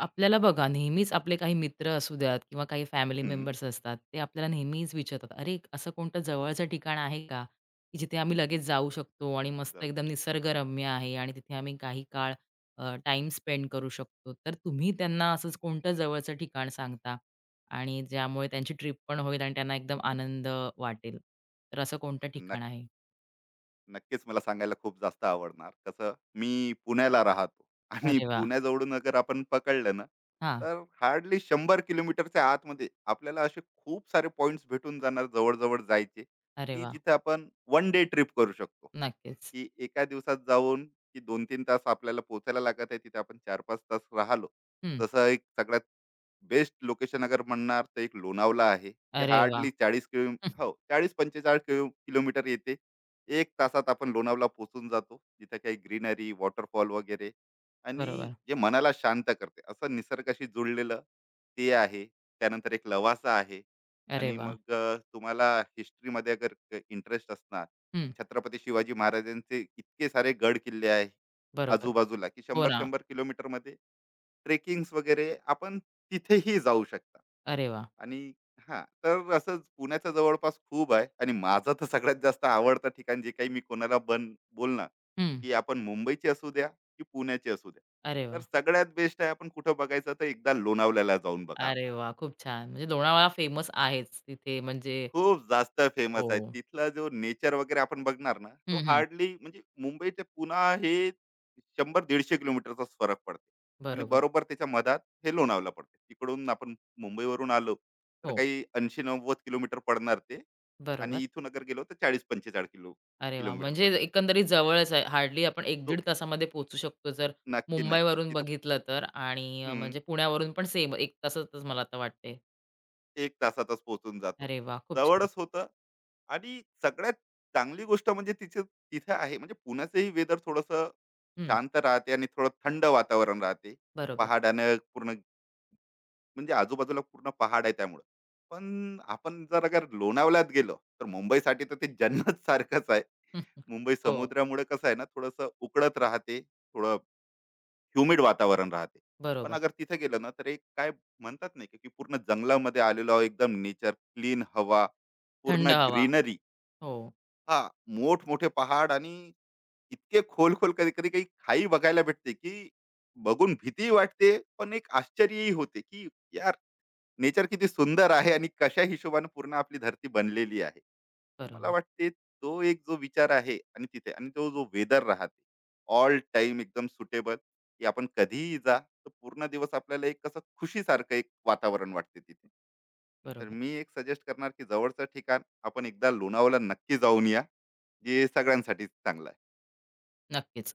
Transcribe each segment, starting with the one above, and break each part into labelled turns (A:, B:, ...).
A: आपल्याला बघा, नेहमीच आपले काही मित्र असू द्यात किंवा काही फॅमिली
B: हं,
A: मेंबर्स असतात, ते आपल्याला नेहमीच विचारतात, "अरे, असं कोणतं जवळचं ठिकाण आहे का, की जिथे आम्ही लगेच
B: हं.
A: जाऊ शकतो आणि मस्त
B: जाऊ
A: एकदम
B: शकतो.
A: निसर्गरम्य आहे आणि तिथे आम्ही काही काळ टाइम स्पेंड करू शकतो." तर तुम्ही त्यांना असंच कोणतं जवळचं ठिकाण सांगता आणि ज्यामुळे त्यांची ट्रिप पण होईल आणि त्यांना एकदम आनंद वाटेल? तर असं कोणतं ठिकाण
B: नक्क
A: आहे?
B: नक्कीच मला सांगायला खूप जास्त आवडणार. कसं मी पुण्याला राहतो आणि
A: अरे वाह!
B: पुण्याजवळून अगर आपण पकडलं ना,
A: हां.
B: तर हार्डली 100 किलोमीटरच्या आतमध्ये आपल्याला असे खूप सारे पॉइंट्स भेटून जाणार जवळ-जवळ जायचे,
A: अरे
B: की
A: वाह!
B: जिथे आपण वन डे ट्रिप करू शकतो.
A: नक्कीच.
B: की एका दिवसात जाऊन की 2 तीन तास आपल्याला पोहोचायला लागत आहे, तिथे आपण 4-5 तास राहिलो.
A: हं.
B: जसं एक सगळ्यात बेस्ट लोकेशन अगर म्हणणार तर एक लोणावळा आहे. जे
A: अरे वाह!
B: हार्डली 40 किलो
A: हं.
B: हो 40-45 किलो किलोमीटर येते. 1 तासात आपण लोणावळा पोहोचून जातो. तिथे काही ग्रीनरी, वॉटरफॉल वगैरे आणि
A: बरोबर.
B: जे मनाला शांत करते, असं निसर्गाशी जुळलेलं ते आहे. त्यानंतर एक लवासा आहे
A: अरे
B: आणि
A: वाह!
B: मग तुम्हाला हिस्ट्रीमध्ये अगर इंटरेस्ट असणार,
A: हं.
B: छत्रपती शिवाजी महाराजांचे इतके सारे गड किल्ले आहे
A: बरोबर.
B: आजूबाजूला, की
A: हो
B: शंभर
A: ना.
B: शंभर किलोमीटर मध्ये ट्रेकिंग वगैरे आपण तिथेही जाऊ शकता.
A: अरे वा,
B: आणि हा, तर असंच पुण्याचं जवळपास खूप आहे आणि माझं तर सगळ्यात जास्त आवडतं ठिकाण जे काही मी कोणाला बोलणार,
A: हं.
B: की आपण मुंबईची असू द्या की पुण्याची असू द्या,
A: अरे वा,
B: तर सगळ्यात बेस्ट आहे. आपण कुठं बघायचं तर एकदा लोणावळ्याला जाऊन बघा.
A: अरे
B: आपण
A: वाह! खूप छान. म्हणजे लोणावळा फेमस आहेच तिथे म्हणजे
B: खूप जास्त फेमस
A: हो.
B: आहे. तिथला जो नेचर वगैरे आपण बघणार ना, तो
A: हं, हं.
B: हार्डली म्हणजे मुंबई ते पुणा हे 100-150 किलोमीटरचाच फरक पडते आणि
A: बरोबर.
B: बरोबर त्याच्या मधात हे लोणावळा पडते. तिकडून आपण मुंबईवरून आलो, तर
A: हो.
B: काही 80-90 किलोमीटर पडणार ते,
A: बरोबर.
B: आणि इथून अगर गेलो तर 40-45 किलो
A: अरे वा,
B: किलोमीटर
A: म्हणजे
B: पडते.
A: एकंदरीत जवळच आहे. हार्डली आपण
B: दो
A: 1-1.5 तासामध्ये पोहोचू शकतो जर
B: नक्की, नक्की.
A: मुंबईवरून
B: तिथं
A: बघितलं तर आणि
B: हं.
A: म्हणजे पुण्यावरून पण सेम 1 तासातच मला आता वाटते.
B: एक तासातच पोहोचून जातो.
A: अरे वाह! खूप छान.
B: जवळच होतं आणि सगळ्यात चांगली गोष्ट म्हणजे तिथे तिथे आहे, म्हणजे पुण्याचंही वेदर थोडंसं
A: हं.
B: शांत राहते आणि थोडं थंड वातावरण राहते.
A: बरोबर.
B: पहाडानं पूर्ण म्हणजे आजूबाजूला पूर्ण पहाड आहे त्यामुळं. पण आपण जर अगर लोणावळ्यात गेलो, तर मुंबईसाठी तर ते जन्नत सारखंच आहे. मुंबई
A: हो.
B: समुद्रामुळे कसं आहे ना, थोडंसं उकळत राहते. थोडं ह्युमिड वातावरण राहते. पण
A: बरोबर.
B: अगर तिथे गेलं ना, तर एक काय म्हणतात नाही का, की पूर्ण जंगलामध्ये आलेलो आहोत, एकदम नेचर, क्लीन हवा,
A: थंड
B: पूर्ण
A: हवा.
B: ग्रीनरी.
A: हो.
B: हां, मोठमोठे पहाड आणि इतके खोल-खोल कधी-कधी काही खाई बघायला भेटते, की बघून भीतीही वाटते, पण एक आश्चर्यही होते, की यार नेचर किती सुंदर आहे आणि कशा हिशोबाने पूर्ण आपली धरती बनलेली आहे. तर मला
A: बरोबर.
B: वाटते तो एक जो विचार आहे आणि तिथे आणि तो जो वेदर राहते, ऑल टाइम एकदम सुटेबल, की आपण कधीही जा, तर पूर्ण दिवस आपल्याला एक कसं खुशीसारखं एक वातावरण वाटते तिथे. तर
A: बरोबर.
B: मी एक सजेस्ट करणार, की जवळचं ठिकाण आपण एकदा लोणावळा नक्की जाऊन या. जे सगळ्यांसाठीच चांगलं आहे.
A: नक्कीच.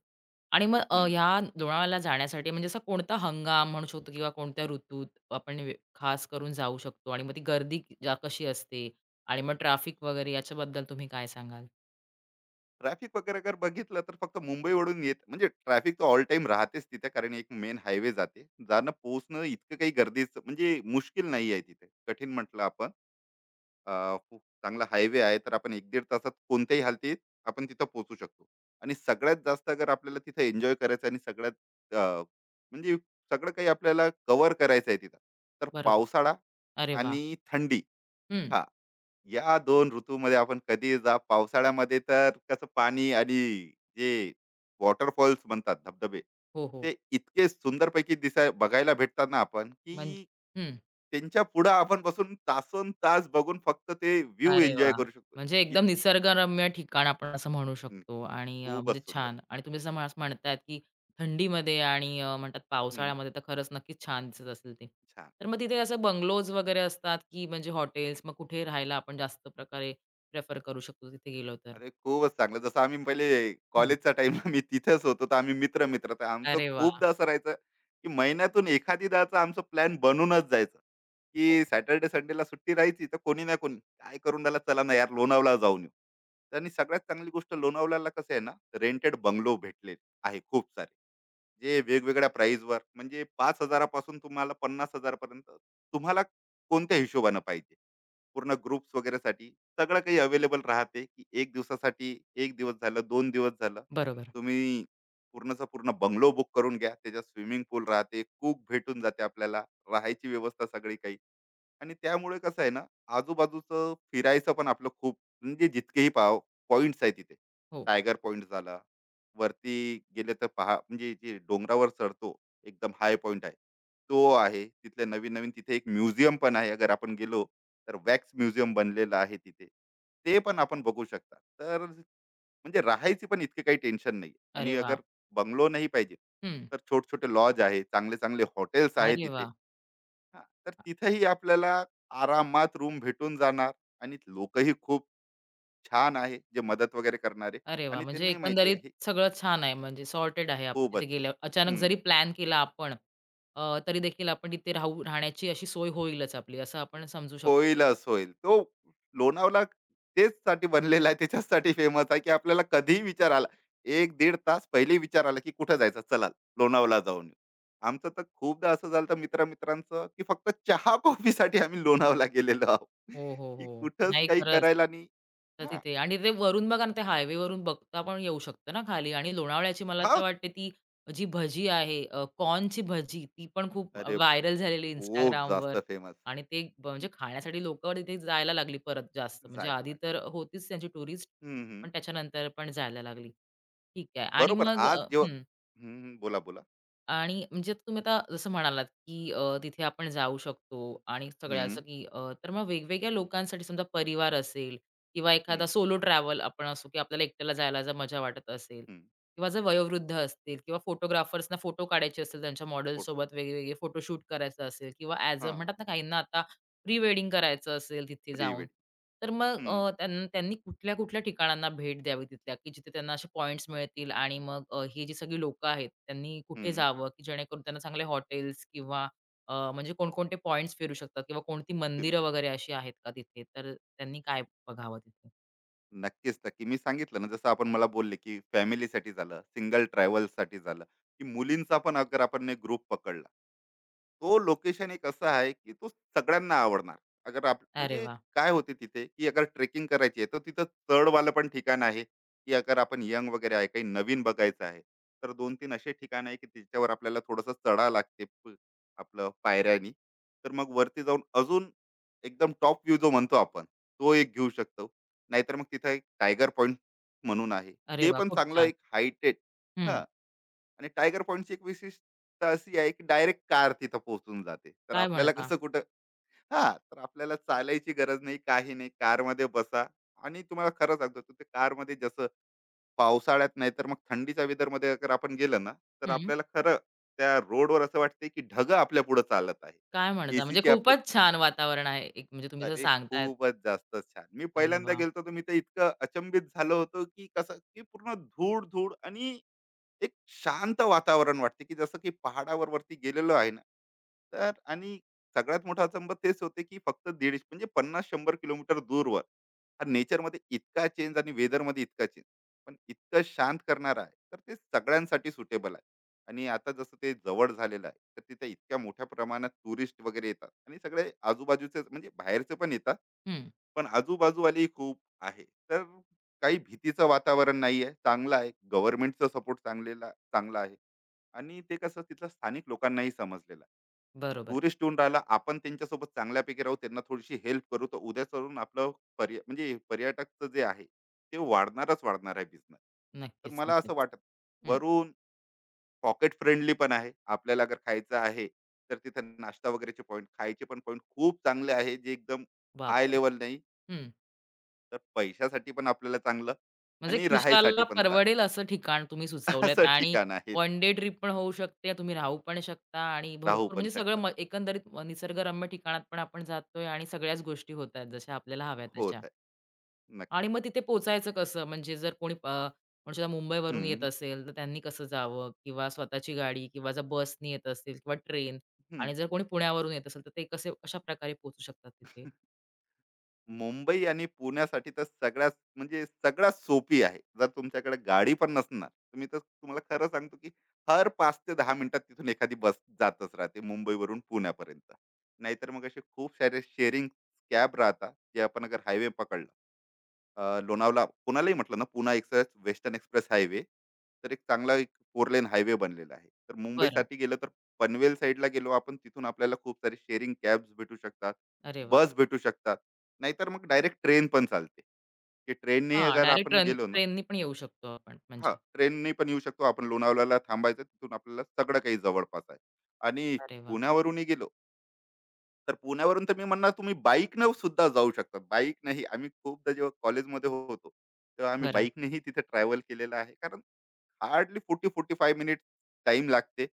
A: आणि मग
B: हं.
A: ह्या लोणावळ्याला जाण्यासाठी म्हणजे असा कोणता हंगाम म्हणू शकतो किंवा कोणत्या ऋतूत आपण खास करून जाऊ शकतो? आणि मग ती गर्दी जा कशी असते? आणि मग ट्रॅफिक वगैरे याच्याबद्दल तुम्ही काय सांगाल?
B: ट्रॅफिक वगैरे जर बघितलं तर फक्त मुंबईवरून येत, म्हणजे ट्रॅफिक तर ऑल टाइम राहतेच तिथे, कारण एक मेन हायवे जाते. जाणं पोहोचणं इतकं काही गर्दीचं म्हणजे मुश्किल नाही आहे, तिथे कठीण म्हटलं आपण. खूप चांगला हायवे आहे, तर आपण एक दीड तासात कोणत्याही हालतीत आपण तिथं पोहोचू शकतो. आणि सगळ्यात जास्त अगर आपल्याला तिथं एन्जॉय करायचं आणि सगळ्यात म्हणजे सगळं काही आपल्याला कव्हर करायचं आहे तिथं, तर
A: बरोबर.
B: पावसाळा
A: अरे वा,
B: आणि थंडी,
A: हं.
B: हा या 2 ऋतूमध्ये आपण कधीही जा. पावसाळ्यामध्ये तर कसं पाणी आणि जे वॉटरफॉल्स म्हणतात, धबधबे,
A: हो, हो.
B: ते इतके सुंदरपैकी दिसाय बघायला भेटतात ना आपण, की
A: म्हणजे हं.
B: त्यांच्या पुढं आपण बसून तासोन तास बघून फक्त ते व्ह्यू
A: अरे
B: एन्जॉय
A: वाह!
B: करू शकतो.
A: म्हणजे एकदम
B: इतकी
A: निसर्गरम्य ठिकाण आपण असं म्हणू
B: हं,
A: शकतो आणि म्हणजे
B: खूपच सुंदर.
A: छान आणि तुम्ही जसं म्हणतायत, की थंडीमध्ये आणि म्हणतात
B: हं,
A: पावसाळ्यामध्ये तर खरंच नक्कीच छान दिसत असेल ते.
B: छान.
A: तर मग तिथे असं बंगलोज वगैरे असतात, की म्हणजे हॉटेल्स मग कुठे राहायला आपण जास्त प्रकारे प्रेफर करू शकतो तिथे गेलो तर?
B: अरे खूपच चांगलं. जसं आम्ही पहिले
A: हं.
B: कॉलेजच्या टाईमला मी तिथेच होतो, तर आम्ही मित्र-मित्र. तर आमचं
A: अरे वाह!
B: खूपदा असं राहायचं, की महिन्यातून एखादीदाचा आमचा प्लॅन बनूनच जायचा,
A: हो.
B: की सॅटर्डे संडेला सुट्टी राहायची, तर कोणी ना कोणी काय करून राहिला, चला ना यार लोणावळा जाऊन येऊ. तर आणि सगळ्यात चांगली गोष्ट लोणावळ्याला कसं आहे ना, रेंटेड बंगलो भेटले आहे खूप सारे. जे वेगवेगळ्या प्राईसवर म्हणजे 5,000 पासून तुम्हाला 50,000 पर्यंत तुम्हाला कोणत्या हिशोबानं पाहिजे. पूर्ण ग्रुप्स वगैरेसाठी सगळं काही अवेलेबल राहते, की एक दिवसासाठी, एक दिवस झालं, दोन दिवस झालं,
A: बरोबर.
B: तुम्ही पूर्णचा पूर्ण बंगलो बुक करून घ्या. त्याच्यात स्विमिंग पूल राहते, कूक भेटून जाते आपल्याला, राहायची व्यवस्था सगळी काही. आणि त्यामुळे कसं आहे ना, आजूबाजूचं फिरायचं पण आपलं खूप म्हणजे जितकेही पॉईंट्स आहे तिथे.
A: हो.
B: टायगर पॉईंट झाला, वरती गेले तर पहा, म्हणजे जे डोंगरावर चढतो, एकदम हाय पॉईंट आहे तो आहे. तिथले नवीन नवीन, तिथे एक म्युझियम पण आहे अगर आपण गेलो, तर वॅक्स म्युझियम बनलेलं आहे तिथे. ते पण आपण बघू शकता. तर म्हणजे राहायची पण इतके काही टेन्शन नाही.
A: अरे
B: आणि
A: वाह!
B: अगर बंगलो नाही पाहिजे,
A: हं.
B: तर छोटे-छोटे लॉज आहे, चांगले-चांगले हॉटेल्स आहे
A: अरे
B: तिथे.
A: वाह!
B: हां, तर तिथेही आपल्याला आरामात रूम भेटून जाणार आणि लोकही खूप छान आहे, जे मदत वगैरे करणारे
A: अरे वा,
B: आणि
A: म्हणजे
B: त्यांनाही माहिती
A: एकंदरीत
B: आहे हे.
A: सगळं छान आहे, म्हणजे सॉर्टेड आहे आपलं
B: खूप
A: तिथे
B: अच्छा.
A: गेल्यावर. अचानक
B: हं.
A: जरी प्लॅन केला आपण, तरी देखील आपण तिथे राहण्याची अशी सोय होईलच आपली, असं आपण समजू शकतो.
B: होईलच होईल. तो लोणावळा तेच साठी बनलेला आहे. त्याच्याचसाठी फेमस आहे, की आपल्याला कधीही विचार आला. एक 15 तास पहिले विचार आला, की कुठे जायचं? चला लोणावळा जाऊन येऊ. आमचं तर खूपदा असं झालं तर मित्र-मित्रांचं, की फक्त चहा कॉफीसाठी आम्ही लोणावळा गेलेलो आहोत,
A: हो, हो,
B: की
A: हो.
B: कुठंच
A: नाही
B: काही
A: खरंच.
B: करायला नाही.
A: तर
B: हां,
A: तिथे आणि ते वरून बघा ना, ते हायवेवरून बघता पण येऊ शकतं ना खाली आणि लोणावळ्याची मला तर
B: हां.
A: वाटते ती जी भजी आहे कॉर्नची भजी ती पण खूप
B: अरे,
A: व्हायरल झालेली
B: खूप जास्त
A: Instagramवर
B: फेमस.
A: आणि ते म्हणजे खाण्यासाठी लोकं तिथे जायला लागली परत जास्त. म्हणजे
B: जायला
A: आधी
B: लागलं.
A: तर होतीच त्यांची टुरिस्ट,
B: हं, हं.
A: पण त्याच्यानंतर पण जायला लागली. ठीक आहे आणि
B: बरोबर
A: मग
B: आज जेव्हा
A: हं.
B: हं, हं. बोला, बोला.
A: आणि म्हणजे तुम्ही आता जसं म्हणालात, की तिथे आपण जाऊ शकतो आणि सगळ्या
B: हं,
A: असं, की तर मग वेगवेगळ्या लोकांसाठी समजा परिवार असेल किंवा
B: हं,
A: एखादा सोलो ट्रॅव्हल आपण असू, की आपल्याला एकट्याला जायला जर मजा वाटत असेल
B: हं.
A: किंवा जर वयोवृद्ध असतील किंवा फोटोग्राफर्सना फोटो काढायचे असतील त्यांच्या
B: फोटो.
A: मॉडेलसोबत वेगवेगळे फोटोशूट करायचं असेल किंवा ॲज अ
B: हां,
A: म्हणतात ना, काहींना आता प्री वेडिंग करायचं असेल तिथे
B: प्री.
A: जाऊन, तर मग
B: हं,
A: त्यांनी कुठल्या-कुठल्या ठिकाणांना भेट द्यावी तिथल्या, की जिथे त्यांना असे पॉइंट्स मिळतील आणि मग ही जी सगळी लोकं आहेत, त्यांनी कुठे
B: हं.
A: जावं, की जेणेकरून त्यांना चांगले हॉटेल्स किंवा म्हणजे कोणकोणते पॉइंट्स फिरू शकतात किंवा कोणती
B: फिरू
A: मंदिरं
B: शकता.
A: वगैरे अशी आहेत का तिथे? तर त्यांनी काय बघावं तिथे?
B: नक्कीच, नक्की. मी सांगितलं ना, जसं आपण मला बोलले, की फॅमिलीसाठी झालं, सिंगल ट्रॅव्हलसाठी झालं, की मुलींचा पण अगर आपण एक ग्रुप पकडला, तो लोकेशन एक असं आहे की तो सगळ्यांना आवडणार. अगर आप
A: अरे
B: म्हणजे
A: वाह!
B: काय होते तिथे, की अगर ट्रेकिंग करायची आहे, तर तिथं चढवालं पण ठिकाण आहे, की अगर आपण यंग वगैरे आहे, काही नवीन बघायचं आहे, तर 2-3 असे ठिकाण आहे, की त्याच्यावर आपल्याला थोडंसं चढावं लागते आपलं पायऱ्यांनी. तर मग वरती जाऊन अजून एकदम टॉप व्ह्यू जो म्हणतो आपण, तो एक घेऊ शकतो. नाहीतर मग तिथं एक टायगर पॉइंट म्हणून आहे.
A: अरे
B: ते
A: वाह!
B: पण
A: खूप
B: चांगलं
A: छान.
B: एक हायटेड.
A: हं.
B: हां. आणि टायगर पॉईंटची एक विशिष्टता अशी आहे, की डायरेक्ट कार तिथं पोहोचून जाते. तर
A: काय
B: आपल्याला
A: म्हणता?
B: कसं कुठं. हां, तर आपल्याला चालायची गरज नाही, काही नाही. कारमध्ये बसा आणि तुम्हाला खरं सांगतो ते कारमध्ये जसं पावसाळ्यात नाही तर मग थंडीच्या वेदरमध्ये अगर आपण गेलं ना, तर
A: हं.
B: आपल्याला खरं त्या रोडवर असं वाटते की ढगं आपल्या पुढे चालत आहे.
A: काय म्हणता? म्हणजे
B: एसीची आपली.
A: खूपच छान वातावरण आहे. एक म्हणजे तुम्ही जसं
B: अरे
A: सांगतायत.
B: खूपच जास्त छान. मी
A: अरे
B: पहिल्यांदा
A: वाह!
B: गेलो, तर मी तर इतकं अचंबित झालो होतो की कसं की पूर्ण धूळ-धूळ आणि एक शांत वातावरण वाटते, की जसं की पहाडावर वरती गेलेलो आहे ना, तर आणि सगळ्यात मोठा अचंबा तेच होते, की फक्त दीड म्हणजे 50-100 किलोमीटर दूरवर हा नेचरमध्ये इतका चेंज आणि वेदरमध्ये इतका चेंज. पण इतकं शांत करणारं आहे, तर ते सगळ्यांसाठी सुटेबल आहे. आणि आता जसं ते जवळ झालेलं आहे, तर तिथे इतक्या मोठ्या प्रमाणात टुरिस्ट वगैरे येतात आणि सगळे आजूबाजूचेच म्हणजे बाहेरचे पण येतात.
A: हं.
B: पण आजूबाजूवालेही खूप आहे. तर काही भीतीचं वातावरण नाही आहे, चांगलं आहे, गव्हर्नमेंटचा सपोर्ट चांगलेला चांगला आहे. आणि ते कसं तिथलं स्थानिक लोकांनाही समजलेलं आहे,
A: बरोबर.
B: टुरिस्ट येऊन राहिला, आपण त्यांच्यासोबत चांगल्यापैकी राहू, त्यांना थोडीशी हेल्प करू, तर उद्या चलून आपलं म्हणजे पर्यटकचं जे आहे ते वाढणारच वाढणार आहे बिझनेस. तर
A: नक्कीच,
B: मला असं
A: नक्कीच.
B: वाटत,
A: हं.
B: वरून पॉकेट फ्रेंडली पण आहे, आपल्याला अगर खायचं आहे तर तिथे नाश्ता वगैरेचे पॉईंट, खायचे पण पॉईंट खूप चांगले आहे, जे एकदम हाय
A: बापरे!
B: लेवल नाही,
A: हं.
B: तर पैशासाठी पण आपल्याला चांगलं
A: म्हणजे
B: आणि
A: खिशाला
B: राहायसाठी पण चांगलं
A: परवडेल असं ठिकाण तुम्ही सुचवलंत
B: असं
A: आणि
B: ठिकाण आहे ते.
A: वन डे ट्रिप पण होऊ शकते. तुम्ही राहू पण शकता आणि
B: राहू
A: भरपूर
B: पण
A: म्हणजे सगळं
B: शकता.
A: एकंदरीत निसर्गरम्य ठिकाणात पण आपण जातोय आणि सगळ्याच गोष्टी होत आहेत जशा आपल्याला हव्यात तशा.
B: होत आहे. नक्की.
A: आणि मग तिथे पोहोचायचं कसं? म्हणजे जर कोणी म्हणू शकता मुंबईवरून येत
B: हं,
A: असेल, तर त्यांनी कसं जावं? किंवा स्वतःची गाडी किंवा जर बसनी येत असतील किंवा ट्रेन
B: हं.
A: आणि जर कोणी पुण्यावरून येत असेल, तर ते कशाप्रकारे पोहोचू शकतात तिथे?
B: मुंबई आणि पुण्यासाठी तर सगळ्यात म्हणजे सगळ्यात सोपी आहे. जर तुमच्याकडे गाडी पण नसणार, तुम्ही तर तुम्हाला खरं सांगतो, की हर 5 ते 10 मिनिटात तिथून एखादी बस जातच राहते मुंबईवरून पुण्यापर्यंत. नाहीतर मग असे खूप सारे शेअरिंग कॅब राहतात, जे आपण अगर हायवे पकडला. लोणावळा पुण्यालाही म्हटलं ना, Pune express, western express highway, तर एक चांगला एक 4 लेन हायवे बनलेला आहे. तर
A: बरं.
B: मुंबईसाठी गेलं तर पनवेल साइडला गेलो आपण, तिथून आपल्याला खूप सारे शेअरिंग कॅब्स भेटू शकतात,
A: अरे वाह!
B: बस भेटू शकतात. नाहीतर मग डायरेक्ट ट्रेन पण चालते, की ट्रेननी
A: हां,
B: अगर
A: डायरेक्ट
B: आपण
A: ट्रेन
B: गेलो ना.
A: ट्रेननी पण येऊ शकतो आपण
B: हां,
A: म्हणजे.
B: ट्रेननी पण येऊ शकतो आपण, लोणावळ्याला थांबायचं, तिथून आपल्याला सगळं काही जवळपास आहे. आणि
A: अरे वाह!
B: पुण्यावरूनही गेलो तर, पुण्यावरून तर मी म्हणणार तुम्ही बाईकनं सुद्धा जाऊ शकता. बाईकनेही आम्ही खूपदा जेव्हा कॉलेजमध्ये होतो, तेव्हा आम्ही
A: बरं.
B: बाईकनेही तिथे ट्रॅव्हल केलेलं आहे. कारण हार्डली 40-45 मिनिट्स टाईम लागते.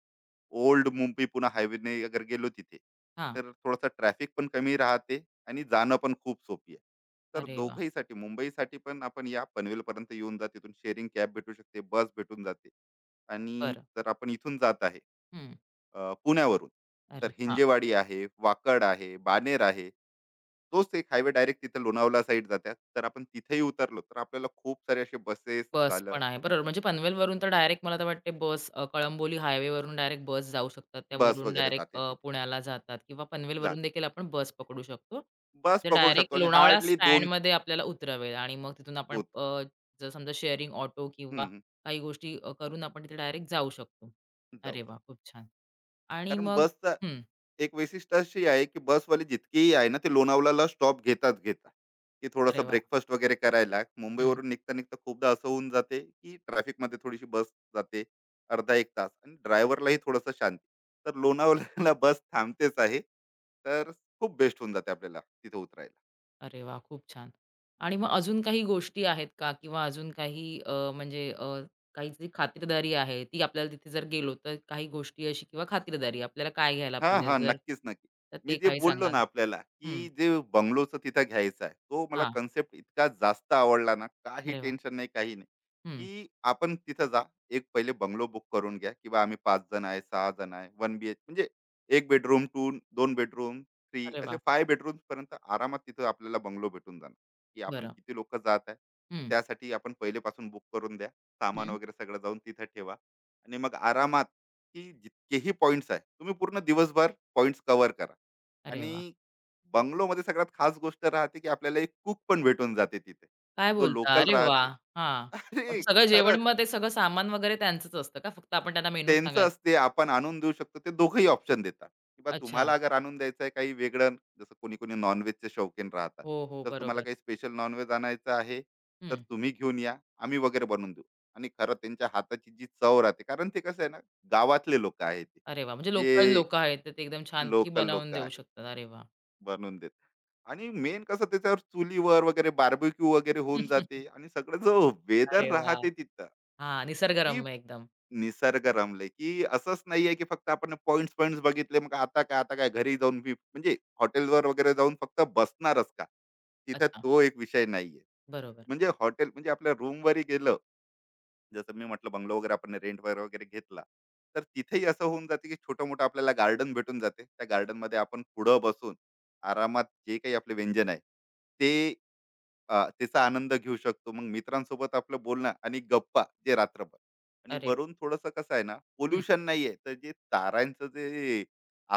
B: ओल्ड मुंबई पुणे हायवेने अगर गेलो तिथे,
A: हां.
B: तर थोडासा ट्रॅफिक पण कमी राहते आणि जाणं पण खूप सोपी आहे. तर
A: अरे वाह!
B: दोघंहीसाठी, मुंबईसाठी पण आपण या पनवेलपर्यंत येऊन जा. तिथून शेअरिंग कॅब भेटू शकते, बस भेटून जाते. आणि
A: बरं.
B: जर आपण इथून जात आहे,
A: हं.
B: पुण्यावरून, तर
A: अरे हां.
B: हिंजेवाडी आहे, वाकड आहे, बानेर आहे, तोच एक हायवे डायरेक्ट तिथे लोणावळा साईड जातात. तर आपण तिथेही उतरलो तर आपल्याला खूप सारे असे बसेस
A: बस
B: झालं,
A: पण आहे. बरोबर म्हणजे पनवेलवरून तर डायरेक्ट मला तर वाटते बस कळंबोली हायवेवरून डायरेक्ट बस जाऊ शकतात.
B: बस
A: त्यावरून
B: वगैरे
A: डायरेक्ट
B: जाते तिथे,
A: पुण्याला जातात किंवा
B: जात
A: पनवेलवरून देखील आपण बस पकडू शकतो.
B: बस
A: ते
B: पकडू
A: डायरेक्ट
B: शकतो आणि
A: लोणावळा
B: हार्डली दोन.
A: स्टँडमध्ये आपल्याला उतरावेल आणि मग तिथून आपण
B: उतरा.
A: जर समजा शेअरिंग ऑटो किंवा
B: हम्म, हम्म,
A: काही गोष्टी करून आपण तिथे डायरेक्ट जाऊ शकतो. अरे
B: जाऊ
A: वाह!
B: शकतो.
A: खूप छान. आणि
B: कारण
A: मग
B: बसचं
A: हं.
B: एक वैशिष्ट्य अशी आहे, की बसवाले जितकेही आहे ना, ते लोणावळ्याला स्टॉप घेतात घेतात, की थोडासा
A: अरे वाह!
B: ब्रेकफास्ट वगैरे करायला. मुंबईवरून निघता-निघता खूपदा असं होऊन जाते, की ट्रॅफिकमध्ये थोडीशी बस जाते अर्धा 1 तास आणि ड्रायव्हरलाही थोडंसं शांती. तर लोणावळ्याला बस थांबतेच आहे. तर खूप बेस्ट होऊन जाते आपल्याला तिथे उतरायला.
A: अरे वाह! खूप छान.
B: हं.
A: आणि मग अजून काही गोष्टी आहेत का किंवा अजून काही म्हणजे काही जी खातिरदारी आहे, ती आपल्याला तिथे जर गेलो तर काही गोष्टी अशी किंवा खातिरदारी आपल्याला काय घ्यायला
B: हां,
A: पाहिजे
B: हां.
A: जर
B: नक्कीच, नक्की.
A: तर
B: मी
A: ते
B: जे
A: काही
B: बोललो
A: सांगाल?
B: ना आपल्याला, की
A: हं.
B: जे बंगलोचं तिथं घ्यायचं आहे, तो मला
A: हां.
B: कन्सेप्ट इतका जास्त आवडला ना, काही
A: अरे वाह!
B: टेन्शन नाही, काही नाही,
A: हं.
B: की आपण तिथं जा, एक पहिले बंगलो बुक करून घ्या, की बा आम्ही 5 जण आहे, 6 जण आहे, 1 बीएच म्हणजे 1 बेडरूम, 2 बेडरूम, 3
A: अरे
B: असे
A: वाह!
B: 5 बेडरूम्सपर्यंत आरामात तिथं आपल्याला बंगलो भेटून जाणार, की आपण
A: बरं.
B: किती लोकं जात आहे,
A: हं.
B: त्यासाठी आपण पहिलेपासून बुक करून द्या. सामान
A: हं.
B: वगैरे सगळं जाऊन तिथं ठेवा आणि मग आरामात, की जितकेही पॉइंट्स आहे तुम्ही पूर्ण दिवसभर पॉइंट्स कव्हर करा.
A: अरे वाह!
B: आणि बंगलोमध्ये सगळ्यात खास गोष्ट राहते, की आपल्याला एक कुक पण भेटून जाते तिथे,
A: काय
B: जो
A: बोलता?
B: लोकल
A: अरे वाह!
B: राहते.
A: हां. मग
B: अरे
A: सगळं जेवण
B: खरंच,
A: मग ते सगळं सामान वगैरे त्यांचंच असतं का? फक्त आपण त्यांना मेनू
B: त्यांचं
A: सांगायचं?
B: असते, आपण आणून देऊ शकतो, ते दोघंही ऑप्शन देतात, की बा
A: अच्छा.
B: तुम्हाला अगर आणून द्यायचं आहे काही वेगळं, जसं कोणी कोणी नॉनव्हेजचे शौकीन राहतात,
A: हो, हो.
B: तर तुम्हाला
A: बरोबर.
B: काही स्पेशल नॉनव्हेज आणायचं आहे तर
A: हं.
B: तुम्ही घेऊन या, आम्ही वगैरे बनवून देऊ. आणि खरं त्यांच्या हाताची जी चव राहते, कारण ते कसं आहे ना, गावातले लोक आहेत ते,
A: अरे वाह! म्हणजे लोकल
B: जे
A: लोकं आहेत, तर ते एकदम छानपैकी
B: लोकल
A: बनवून
B: लोक
A: देऊ
B: आहे,
A: शकतात. अरे वाह!
B: बनवून देत. आणि मेन कसं, त्याच्यावर चुलीवर वगैरे बार्बेक्यू वगैरे होऊन जाते आणि सगळं जो वेदर
A: अरे वाह!
B: राहते तिथं,
A: हां,
B: की
A: निसर्गरम्य एकदम.
B: निसर्ग रमले की. असंच नाहीये की फक्त आपण पॉइंट पॉइंट बघितले मग आता काय, आता काय घरी जाऊन मी म्हणजे हॉटेलवर वगैरे जाऊन फक्त बसणारच का, तिथे
A: अच्छा,
B: तो एक विषय नाहीये.
A: बरोबर.
B: म्हणजे हॉटेल म्हणजे आपल्या रूमवरही गेलं, जसं मी म्हटलं बंगलो वगैरे आपण रेंटवर वगैरे वगैरे घेतला, तर तिथेही असं होऊन जाते की छोटं मोठं आपल्याला गार्डन भेटून जाते. त्या garden मध्ये आपण पुढं बसून आरामात जे काही आपले व्यंजन आहे ते त्याचा आनंद घेऊ शकतो. मग मित्रांसोबत आपलं बोलणं आणि गप्पा जे रात्रभर. आणि
A: अरे
B: वरून थोडस कसं आहे ना,
A: हं,
B: पोल्युशन नाहीये, तर जे तारांचं जे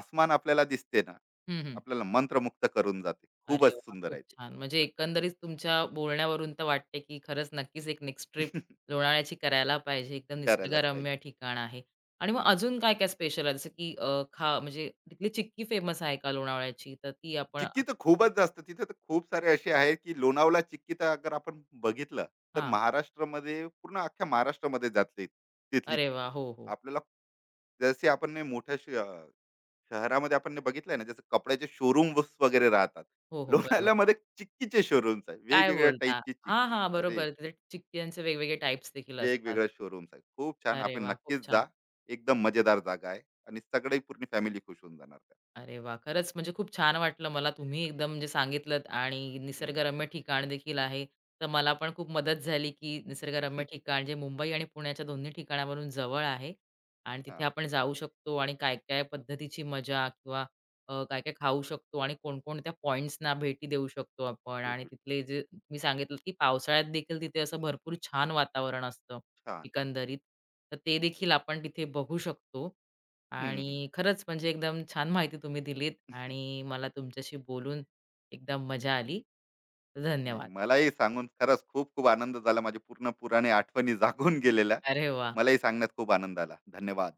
B: आसमान आपल्याला दिसते ना,
A: हं, हं.
B: आपल्याला मंत्रमुक्त करून जाते,
A: अरे
B: खूपच
A: वा,
B: सुंदर
A: खूप
B: आहे ते.
A: छान. म्हणजे एकंदरीत तुमच्या बोलण्यावरून तर वाटते, की खरंच नक्कीच एक नेक्स्ट ट्रिप लोणावळ्याची करायला पाहिजे. एकदम
B: करायलाच
A: निसर्गरम्य
B: पाहिजे.
A: ठिकाण आहे. आणि मग अजून काय-काय स्पेशल आहे? जसं की म्हणजे तिथली चिक्की फेमस आहे का लोणावळ्याची? तर ती आपण
B: चिक्की तर खूपच जास्त. तिथे तर खूप सारे असे आहेत, की लोणावळा चिक्की तर अगर आपण बघितलं, तर
A: हां.
B: महाराष्ट्रामध्ये, पूर्ण अख्ख्या महाराष्ट्रामध्ये जाते तिथली
A: अरे
B: चिक्की.
A: वाह! हो, हो.
B: आपल्याला जसे आपण ने मोठ्या शहरामध्ये आपण ने बघितलंय ना, जसं कपड्याचे शोरूम्स वगैरे राहतात.
A: हो, हो. बरोबर.
B: लोणावळ्यामध्ये चिक्कीचे शोरूम्स आहेत.
A: काय
B: वेगवेगळ्या
A: बोलता?
B: टाईपची
A: हां,
B: चिक्की.
A: हां.
B: अरे,
A: बरोबर. तिथे चिक्क्यांचे वेगवेगळे टाइप्स देखील असतात.
B: वेगवेगळ्या शोरूम्स आहेत. खूप छान.
A: अरे
B: आपण
A: वाह! खूप
B: नक्कीच जा.
A: छान.
B: एकदम मजेदार जागा आहे आणि सगळी पूर्ण फॅमिली खुश होऊन जाणार त्यात.
A: अरे वाह! खरंच म्हणजे खूप छान वाटलं मला तुम्ही एकदम म्हणजे सांगितलंत आणि
B: हं.
A: निसर्गरम्य ठिकाण देखील आहे. तर मला पण खूप मदत झाली, की निसर्गरम्य
B: हां.
A: ठिकाण जे मुंबई आणि पुण्याच्या दोन्ही ठिकाणावरून जवळ आहे आणि तिथे आपण जाऊ शकतो आणि काय-काय पद्धतीची मजा किंवा काय-काय खाऊ शकतो आणि कोणकोणत्या पॉइंट्सना भेटी देऊ शकतो आपण आणि
B: भेटू. शकतो.
A: तिथले जे तुम्ही सांगितलं, की पावसाळ्यात देखील तिथे असं भरपूर छान वातावरण असतं
B: छान.
A: एकंदरीत. तर ते देखील आपण तिथे बघू शकतो
B: हं, हं.
A: आणि खरंच म्हणजे एकदम छान माहिती तुम्ही दिलीत आणि मला तुमच्याशी बोलून एकदम मजा आली.
B: नाही,
A: धन्यवाद.
B: मलाही सांगून खरंच खूप खूप आनंद झाला. माझ्या पूर्ण पुराणे आठवणी जागून गेलेल्या.
A: अरे वाह!
B: मलाही सांगण्यात खूप आनंद आला. धन्यवाद.